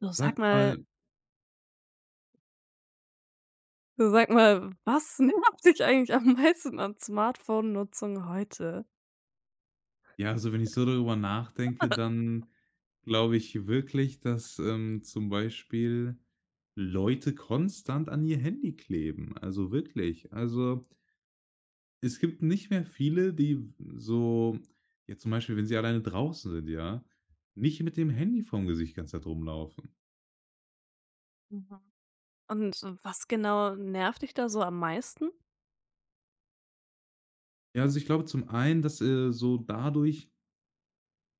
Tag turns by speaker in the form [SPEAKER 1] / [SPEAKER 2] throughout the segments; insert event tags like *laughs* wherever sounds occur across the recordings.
[SPEAKER 1] so
[SPEAKER 2] Sag
[SPEAKER 1] sag mal
[SPEAKER 2] mal,
[SPEAKER 1] was *laughs* nervt dich eigentlich am meisten an Smartphone-Nutzung heute?
[SPEAKER 2] ja, also wenn ich so darüber nachdenke, dann glaube ich wirklich, dass, zum Beispiel Leute konstant an ihr Handy kleben. Also wirklich. Also, es gibt nicht mehr viele, die so ja, zum Beispiel, wenn sie alleine draußen sind, ja, nicht mit dem Handy vorm Gesicht ganze Zeit rumlaufen.
[SPEAKER 1] Mhm. Und was genau nervt dich da so am meisten?
[SPEAKER 2] Ja, also ich glaube zum einen, dass, so dadurch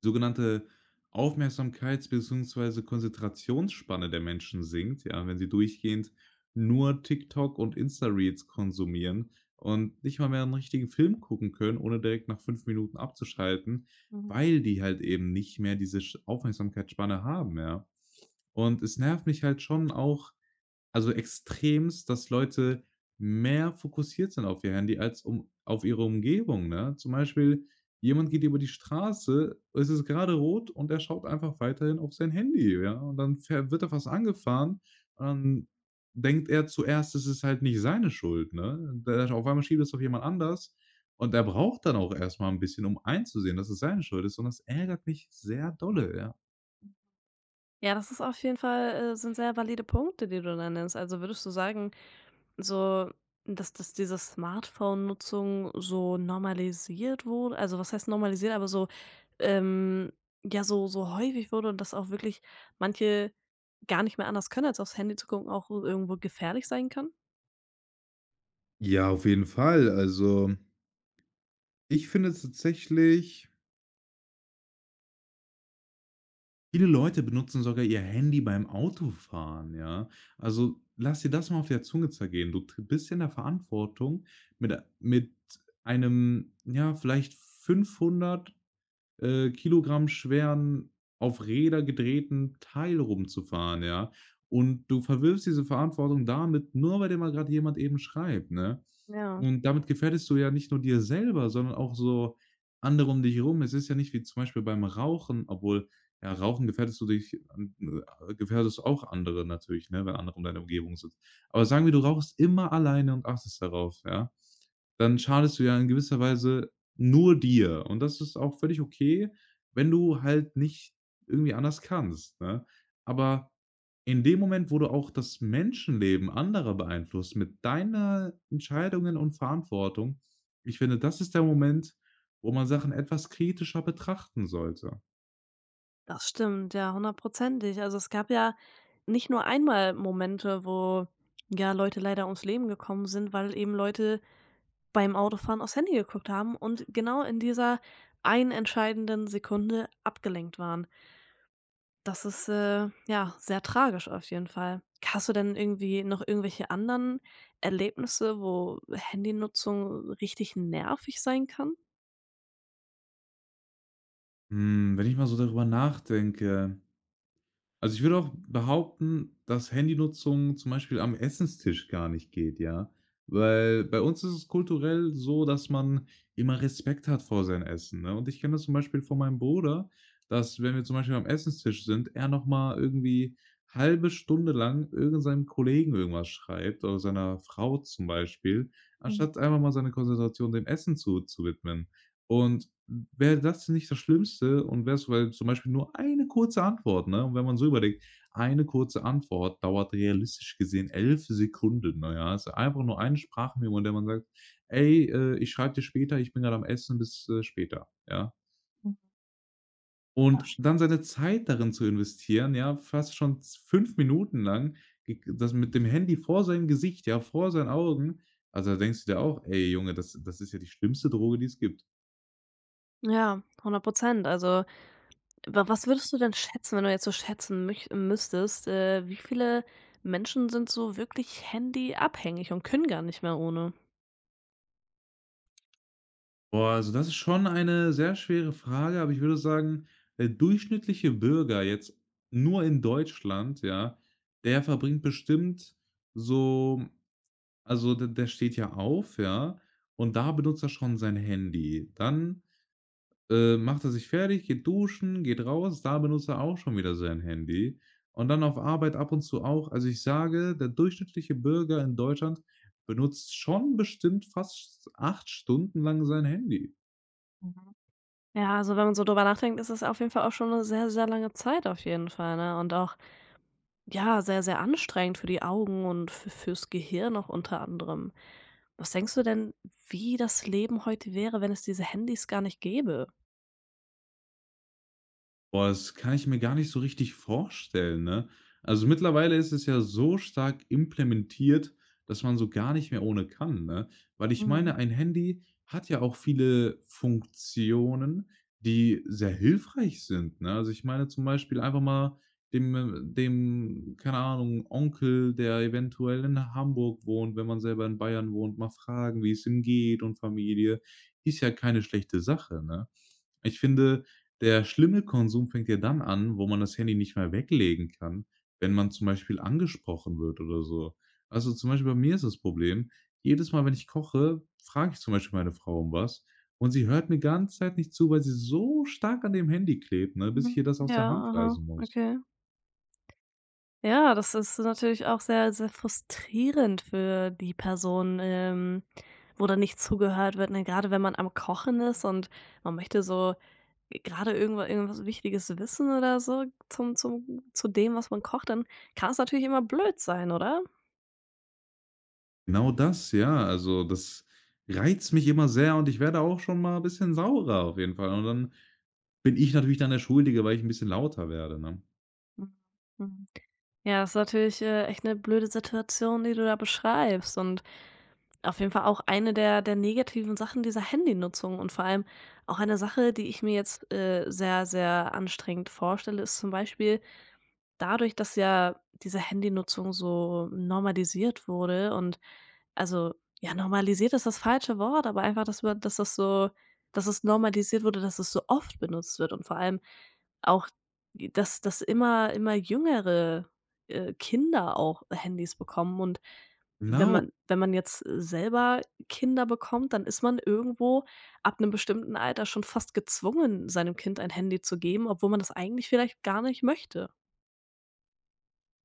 [SPEAKER 2] sogenannte Aufmerksamkeits beziehungsweise Konzentrationsspanne der Menschen sinkt, ja, wenn sie durchgehend nur TikTok und Insta-Reels konsumieren und nicht mal mehr einen richtigen Film gucken können, ohne direkt nach 5 Minuten abzuschalten,
[SPEAKER 1] Mhm.
[SPEAKER 2] weil die halt eben nicht mehr diese sch Aufmerksamkeitsspanne haben, ja. Und es nervt mich halt schon auch, also extremst, dass Leute mehr fokussiert sind auf ihr Handy als um auf ihre Umgebung, ne? Zum Beispiel, jemand geht über die Straße, es ist gerade rot und er schaut einfach weiterhin auf sein Handy, ja? Und dann fähr wird er fast angefahren und dann denkt er zuerst, es ist halt nicht seine Schuld, ne? Da auf einmal schiebt es auf jemand anders und er braucht dann auch erstmal ein bisschen, um einzusehen, dass es seine Schuld ist und das ärgert mich sehr dolle, ja.
[SPEAKER 1] Ja, das ist auf jeden Fall sind sehr valide Punkte, die du da nennst. Also, würdest du sagen, so, dass diese Smartphone-Nutzung so normalisiert wurde? Also, was heißt normalisiert, aber so, ähm, ja, so so häufig wurde und dass auch wirklich manche gar nicht mehr anders können, als aufs Handy zu gucken, auch irgendwo gefährlich sein kann?
[SPEAKER 2] Ja, auf jeden Fall. Also, ich finde tatsächlich, viele Leute benutzen sogar ihr Handy beim Autofahren, ja. Also, lass dir das mal auf der Zunge zergehen. Du t bist in der Verantwortung, mit mit einem, ja, vielleicht 500 Kilogramm schweren, auf Räder gedrehten Teil rumzufahren, ja. Und du verwirfst diese Verantwortung damit, nur weil dir mal grad jemand eben schreibt, ne?
[SPEAKER 1] Ja.
[SPEAKER 2] Und damit gefährdest du ja nicht nur dir selber, sondern auch so andere um dich rum. Es ist ja nicht wie zum Beispiel beim Rauchen, obwohl, ja, Rauchen gefährdest du dich gefährdest auch andere natürlich, ne, wenn andere um deine Umgebung sind. Aber sagen wir, du rauchst immer alleine und achtest darauf, ja, dann schadest du ja in gewisser Weise nur dir. Und das ist auch völlig okay, wenn du halt nicht irgendwie anders kannst, ne? Aber in dem Moment, wo du auch das Menschenleben anderer beeinflusst mit deiner Entscheidungen und Verantwortung, ich finde, das ist der Moment, wo man Sachen etwas kritischer betrachten sollte.
[SPEAKER 1] Das stimmt, ja, hundertprozentig. Also, es gab ja nicht nur einmal Momente, wo, ja, Leute leider ums Leben gekommen sind, weil eben Leute beim Autofahren aufs Handy geguckt haben und genau in dieser einen entscheidenden Sekunde abgelenkt waren. Das ist, ja, sehr tragisch auf jeden Fall. Hast du denn irgendwie noch irgendwelche anderen Erlebnisse, wo Handynutzung richtig nervig sein kann?
[SPEAKER 2] Wenn ich mal so darüber nachdenke. Also, ich würde auch behaupten, dass Handynutzung zum Beispiel am Essenstisch gar nicht geht, ja? Weil bei uns ist es kulturell so, dass man immer Respekt hat vor sein Essen, ne? Und ich kenne das zum Beispiel von meinem Bruder, dass, wenn wir zum Beispiel am Essenstisch sind, er noch mal irgendwie halbe Stunde lang irgendeinem Kollegen irgendwas schreibt oder seiner Frau zum Beispiel,
[SPEAKER 1] Mhm,
[SPEAKER 2] anstatt einfach mal seine Konzentration dem Essen zu widmen. Und wäre das nicht das Schlimmste und wäre es, weil zum Beispiel nur eine kurze Antwort, ne? Und wenn man so überlegt, eine kurze Antwort dauert realistisch gesehen 11 Sekunden, ne, ja? Ist einfach nur eine Sprachmemo, in der man sagt: „Ey, ich schreibe dir später, ich bin gerade am Essen, bis, später“, ja?
[SPEAKER 1] das
[SPEAKER 2] Und
[SPEAKER 1] st
[SPEAKER 2] dann seine Zeit darin zu investieren, ja, fast schon z 5 Minuten lang, g das mit dem Handy vor seinem Gesicht, ja, vor seinen Augen. Also, da denkst du dir auch: „Ey Junge, das ist ja die schlimmste Droge, die es gibt.“
[SPEAKER 1] Ja, 100. Also, Wa was würdest du denn schätzen, wenn du jetzt so schätzen müch müsstest, wie viele Menschen sind so wirklich handyabhängig und können gar nicht mehr ohne?
[SPEAKER 2] Boah, also das ist schon eine sehr schwere Frage, aber ich würde sagen, der durchschnittliche Bürger jetzt nur in Deutschland, ja, der verbringt bestimmt so, also der steht ja auf, ja, und da benutzt er schon sein Handy. Dann, macht er sich fertig, geht duschen, geht raus, da benutzt er auch schon wieder sein Handy. Und dann auf Arbeit ab und zu auch. Also ich sage, der durchschnittliche Bürger in Deutschland benutzt schon bestimmt fast 8 Stunden lang sein Handy.
[SPEAKER 1] Ja, also wenn man so drüber nachdenkt, ist das auf jeden Fall auch schon eine sehr, sehr lange Zeit auf jeden Fall, ne? Und auch, ja, sehr, sehr anstrengend für die Augen und f fürs Gehirn auch unter anderem. Was denkst du denn, wie das Leben heute wäre, wenn es diese Handys gar nicht gäbe?
[SPEAKER 2] Boah, das kann ich mir gar nicht so richtig vorstellen, ne? Also, mittlerweile ist es ja so stark implementiert, dass man so gar nicht mehr ohne kann, ne? Weil ich
[SPEAKER 1] Mhm.
[SPEAKER 2] meine, ein Handy hat ja auch viele Funktionen, die sehr hilfreich sind, ne? Also, ich meine zum Beispiel einfach mal dem, keine Ahnung, Onkel, der eventuell in Hamburg wohnt, wenn man selber in Bayern wohnt, mal fragen, wie es ihm geht und Familie, ist ja keine schlechte Sache, ne? Ich finde, der schlimme Konsum fängt ja dann an, wo man das Handy nicht mehr weglegen kann, wenn man zum Beispiel angesprochen wird oder so. Also, zum Beispiel bei mir ist das Problem, jedes Mal, wenn ich koche, frage ich zum Beispiel meine Frau um was und sie hört mir ganze Zeit nicht zu, weil sie so stark an dem Handy klebt, ne, bis ich ihr
[SPEAKER 1] Mhm.
[SPEAKER 2] das aus
[SPEAKER 1] Ja,
[SPEAKER 2] der Hand
[SPEAKER 1] aha,
[SPEAKER 2] reißen muss.
[SPEAKER 1] okay. Ja, das ist natürlich auch sehr, sehr frustrierend für die Person, wo dann nicht zugehört wird, ne? Grade wenn man am Kochen ist und man möchte so gerade irgendwas Wichtiges wissen oder so zum zu dem, was man kocht, dann kann es natürlich immer blöd sein, oder?
[SPEAKER 2] Genau das, ja. Also, das reizt mich immer sehr und ich werde auch schon mal 'n bisschen saurer auf jeden Fall. Und dann bin ich natürlich dann der Schuldige, weil ich ein bisschen lauter werde, ne?
[SPEAKER 1] Mhm. Ja, ist natürlich, echt eine blöde Situation, die du da beschreibst und auf jeden Fall auch eine der negativen Sachen dieser Handynutzung und vor allem auch eine Sache, die ich mir jetzt, sehr, sehr anstrengend vorstelle, ist zum Beispiel dadurch, dass ja diese Handynutzung so normalisiert wurde und also, ja, normalisiert ist das falsche Wort, aber einfach, dass das so dass es normalisiert wurde, dass es so oft benutzt wird und vor allem auch, dass immer jüngere, Kinder auch Handys bekommen und wenn
[SPEAKER 2] Genau.
[SPEAKER 1] man wenn man jetzt selber Kinder bekommt, dann ist man irgendwo ab einem bestimmten Alter schon fast gezwungen, seinem Kind ein Handy zu geben, obwohl man das eigentlich vielleicht gar nicht möchte.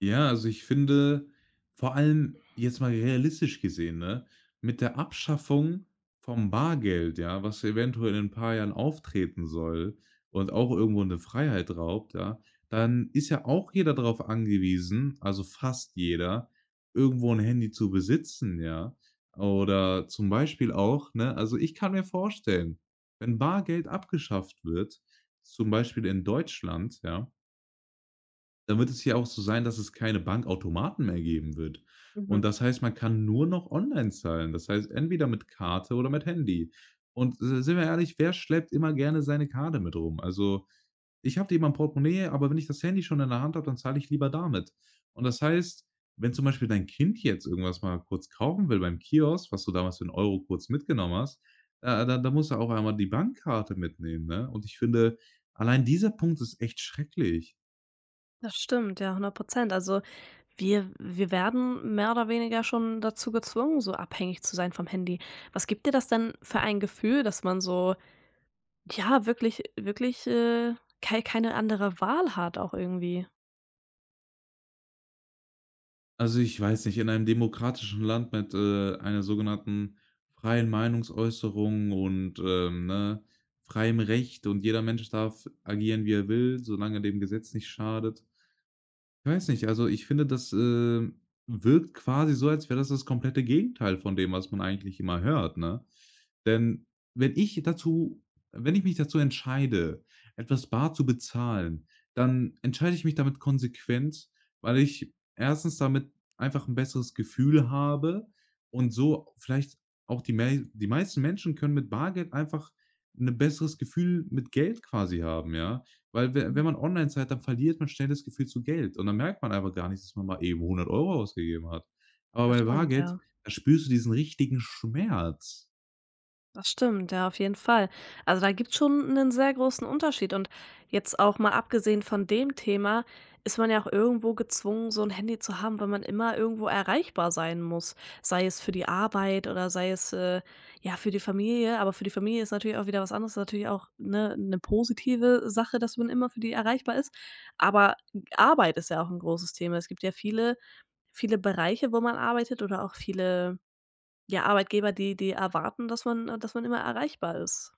[SPEAKER 2] Ja, also ich finde, vor allem jetzt mal realistisch gesehen, ne, mit der Abschaffung vom Bargeld, ja, was eventuell in ein paar Jahren auftreten soll und auch irgendwo eine Freiheit raubt, ja, dann ist ja auch jeder darauf angewiesen, also fast jeder, irgendwo ein Handy zu besitzen, ja. Oder zum Beispiel auch, ne, also ich kann mir vorstellen, wenn Bargeld abgeschafft wird, zum Beispiel in Deutschland, ja, dann wird es ja auch so sein, dass es keine Bankautomaten mehr geben wird. Und
[SPEAKER 1] Mhm.
[SPEAKER 2] das heißt, man kann nur noch online zahlen. Das heißt, entweder mit Karte oder mit Handy. Und, sind wir ehrlich, wer schleppt immer gerne seine Karte mit rum? Also, ich habe die immer im Portemonnaie, aber wenn ich das Handy schon in der Hand habe, dann zahle ich lieber damit. Und das heißt, wenn zum Beispiel dein Kind jetzt irgendwas mal kurz kaufen will beim Kiosk, was du damals für 1 € kurz mitgenommen hast, da musst du auch einmal die Bankkarte mitnehmen, ne? Und ich finde, allein dieser Punkt ist echt schrecklich.
[SPEAKER 1] Das stimmt, ja, hundert Prozent. Also, wir werden mehr oder weniger schon dazu gezwungen, so abhängig zu sein vom Handy. Was gibt dir das denn für ein Gefühl, dass man so, ja, wirklich, keine andere Wahl hat auch irgendwie?
[SPEAKER 2] Also, ich weiß nicht, in einem demokratischen Land mit, einer sogenannten freien Meinungsäußerung und, ne, freiem Recht und jeder Mensch darf agieren, wie er will, solange dem Gesetz nicht schadet. Ich weiß nicht, also ich finde, das, wirkt quasi so, als wäre das das komplette Gegenteil von dem, was man eigentlich immer hört, ne? Denn wenn ich dazu wenn ich mich dazu entscheide, etwas bar zu bezahlen, dann entscheide ich mich damit konsequent, weil ich erstens damit einfach ein besseres Gefühl habe und so vielleicht auch die meisten Menschen können mit Bargeld einfach 'ne besseres Gefühl mit Geld quasi haben, ja? Weil we
[SPEAKER 1] Mhm.
[SPEAKER 2] wenn man online zahlt, dann verliert man schnell das Gefühl zu Geld und dann merkt man einfach gar nicht, dass man mal eben 100 Euro ausgegeben hat. Aber
[SPEAKER 1] Das
[SPEAKER 2] bei
[SPEAKER 1] stimmt,
[SPEAKER 2] Bargeld,
[SPEAKER 1] ja.
[SPEAKER 2] da spürst du diesen richtigen Schmerz.
[SPEAKER 1] Das stimmt, ja, auf jeden Fall. Also, da gibt's schon einen sehr großen Unterschied und jetzt auch mal abgesehen von dem Thema ist man ja auch irgendwo gezwungen, so ein Handy zu haben, weil man immer irgendwo erreichbar sein muss, sei es für die Arbeit oder sei es, ja, für die Familie. Aber für die Familie ist natürlich auch wieder was anderes, ist natürlich auch, ne, 'ne positive Sache, dass man immer für die erreichbar ist. Aber Arbeit ist ja auch ein großes Thema. Es gibt ja viele Bereiche, wo man arbeitet oder auch viele ja, Arbeitgeber, die erwarten, dass man immer erreichbar ist.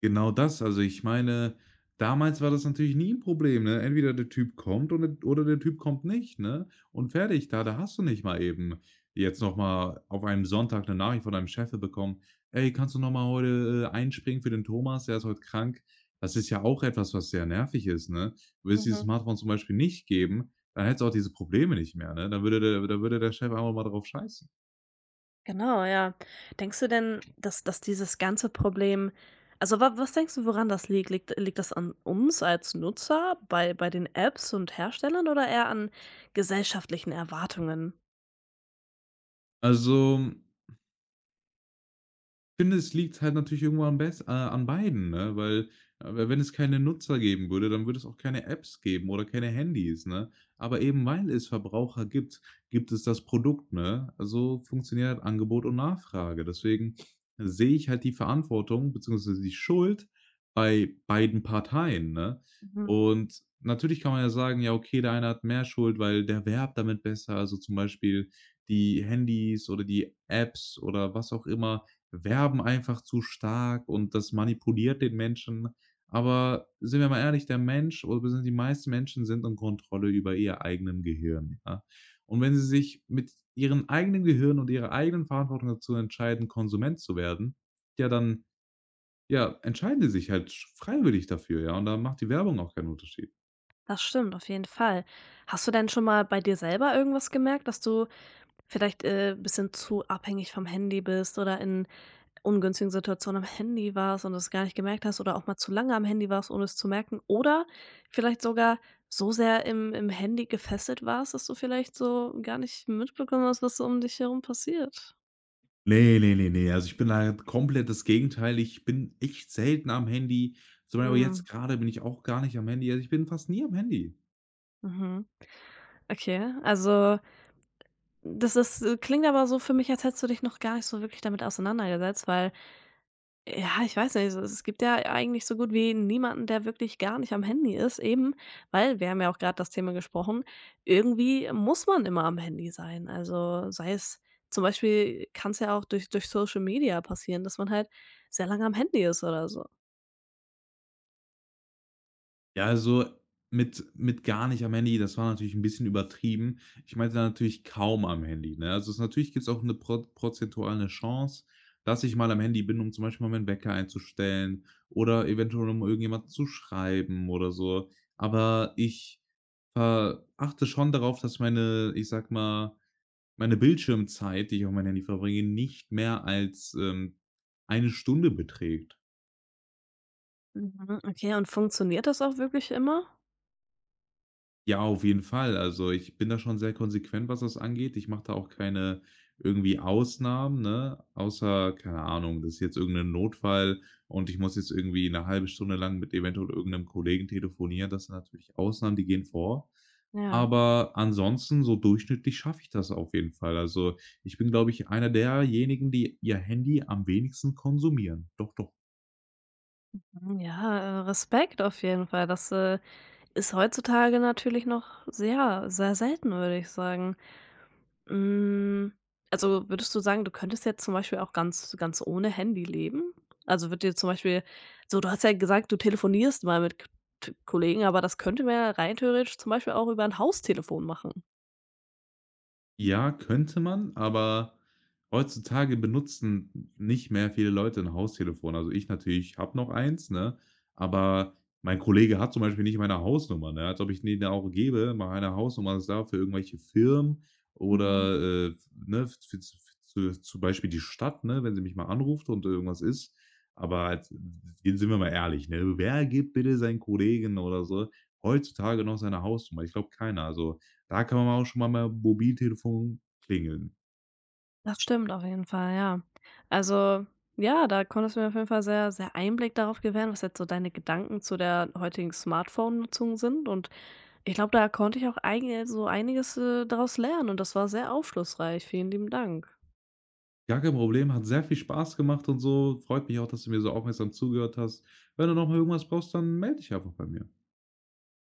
[SPEAKER 2] Genau das. Also, ich meine, damals war das natürlich nie ein Problem, ne? Entweder der Typ kommt oder der Typ kommt nicht, ne? Und fertig, da hast du nicht mal eben jetzt noch mal auf einem Sonntag eine Nachricht von deinem Chef bekommen: „Ey, kannst du noch mal heute, einspringen für den Thomas? Der ist heute krank.“ Das ist ja auch etwas, was sehr nervig ist, ne? Würde es dieses
[SPEAKER 1] Mhm.
[SPEAKER 2] Smartphone zum Beispiel nicht geben, dann hättest du auch diese Probleme nicht mehr, ne? Dann würde der Chef einfach mal drauf scheißen.
[SPEAKER 1] Genau, ja. Denkst du denn, dass dieses ganze Problem also, wa was denkst du, woran das liegt? Liegt das an uns als Nutzer bei den Apps und Herstellern oder eher an gesellschaftlichen Erwartungen?
[SPEAKER 2] Also finde, es liegt halt natürlich irgendwo am bess an beiden, ne? Weil, wenn es keine Nutzer geben würde, dann würde es auch keine Apps geben oder keine Handys, ne? Aber eben weil es Verbraucher gibt, gibt es das Produkt, ne? Also funktioniert halt Angebot und Nachfrage. Deswegen sehe ich halt die Verantwortung beziehungsweise die Schuld bei beiden Parteien, ne?
[SPEAKER 1] Mhm.
[SPEAKER 2] Und natürlich kann man ja sagen: „Ja, okay, der eine hat mehr Schuld, weil der werbt damit besser.“ Also, zum Beispiel die Handys oder die Apps oder was auch immer werben einfach zu stark und das manipuliert den Menschen. Aber sind wir mal ehrlich, der Mensch oder beziehungsweise die meisten Menschen sind in Kontrolle über ihr eigenen Gehirn, ja? Und wenn sie sich mit ihrem eigenen Gehirn und ihrer eigenen Verantwortung dazu entscheiden, Konsument zu werden, ja, dann, ja, entscheiden sie sich halt freiwillig dafür, ja, und da macht die Werbung auch keinen Unterschied.
[SPEAKER 1] Das stimmt, auf jeden Fall. Hast du denn schon mal bei dir selber irgendwas gemerkt, dass du vielleicht, ein bisschen zu abhängig vom Handy bist oder in ungünstigen Situation am Handy warst und es gar nicht gemerkt hast oder auch mal zu lange am Handy warst, ohne es zu merken oder vielleicht sogar so sehr im Handy gefesselt warst, dass du vielleicht so gar nicht mitbekommen hast, was so um dich herum passiert.
[SPEAKER 2] Ne, ne, ne, ne. Also, ich bin da komplett das Gegenteil. Ich bin echt selten am Handy. Zum Beispiel
[SPEAKER 1] Mhm.
[SPEAKER 2] jetzt gerade bin ich auch gar nicht am Handy. Also, ich bin fast nie am Handy.
[SPEAKER 1] Mhm. Okay, also das ist klingt aber so für mich, als hättest du dich noch gar nicht so wirklich damit auseinandergesetzt, weil ja, ich weiß nicht, es gibt ja eigentlich so gut wie niemanden, der wirklich gar nicht am Handy ist, eben, weil wir haben ja auch gerade das Thema gesprochen, irgendwie muss man immer am Handy sein. Also, sei es zum Beispiel kann es ja auch durch Social Media passieren, dass man halt sehr lange am Handy ist oder so.
[SPEAKER 2] Ja, also mit gar nicht am Handy, das war natürlich ein bisschen übertrieben. Ich meinte da natürlich kaum am Handy, ne? Also, es natürlich gibt es auch eine prozentuale Chance, dass ich mal am Handy bin, um zum Beispiel mal meinen Wecker einzustellen oder eventuell, um irgendjemand zu schreiben oder so. Aber ich, achte schon darauf, dass meine ich sag mal, meine Bildschirmzeit, die ich auf mein Handy verbringe, nicht mehr als, 1 Stunde beträgt.
[SPEAKER 1] Mhm, okay. Und funktioniert das auch wirklich immer?
[SPEAKER 2] Ja, auf jeden Fall. Also, ich bin da schon sehr konsequent, was das angeht. Ich mache da auch keine irgendwie Ausnahmen, ne? Außer, keine Ahnung, das ist jetzt irgend 'nen Notfall und ich muss jetzt irgendwie eine halbe Stunde lang mit eventuell irgendeinem Kollegen telefonieren. Das sind natürlich Ausnahmen, die gehen vor.
[SPEAKER 1] Ja.
[SPEAKER 2] Aber ansonsten so durchschnittlich schaffe ich das auf jeden Fall. Also, ich bin, glaube ich, einer derjenigen, die ihr Handy am wenigsten konsumieren. Doch, doch.
[SPEAKER 1] Mhm. Ja, Respekt auf jeden Fall. Das, ist heutzutage natürlich noch sehr, sehr selten, würde ich sagen. Hm, also, würdest du sagen, du könntest jetzt zum Beispiel auch ganz ohne Handy leben? Also, würde dir zum Beispiel so du hast ja gesagt, du telefonierst mal mit K T Kollegen, aber das könnte man ja rein theoretisch zum Beispiel auch über 'n Haustelefon machen.
[SPEAKER 2] Ja, könnte man, aber heutzutage benutzen nicht mehr viele Leute ein Haustelefon. Also, ich natürlich habe noch eins, ne, aber mein Kollege hat zum Beispiel nicht meine Hausnummer, ne, als ob ich denen auch gebe, meine Hausnummer ist da für irgendwelche Firmen
[SPEAKER 1] Mhm.
[SPEAKER 2] oder, ne, f für z zum Beispiel die Stadt, ne, wenn sie mich mal anruft und irgendwas ist. Aber jetzt sind wir mal ehrlich, ne, wer gibt bitte seinen Kollegen oder so heutzutage noch seine Hausnummer? Ich glaube keiner. Also da kann man auch schon mal Mobiltelefon klingeln.
[SPEAKER 1] Das stimmt auf jeden Fall, ja. Also, ja, da konntest du mir auf jeden Fall sehr Einblick darauf gewähren, was jetzt so deine Gedanken zu der heutigen Smartphone-Nutzung sind und ich glaube, da konnte ich auch eigen so einiges, daraus lernen und das war sehr aufschlussreich. Vielen lieben Dank.
[SPEAKER 2] Gar kein Problem, hat sehr viel Spaß gemacht und so. Freut mich auch, dass du mir so aufmerksam zugehört hast. Wenn du noch mal irgendwas brauchst, dann melde dich einfach bei mir.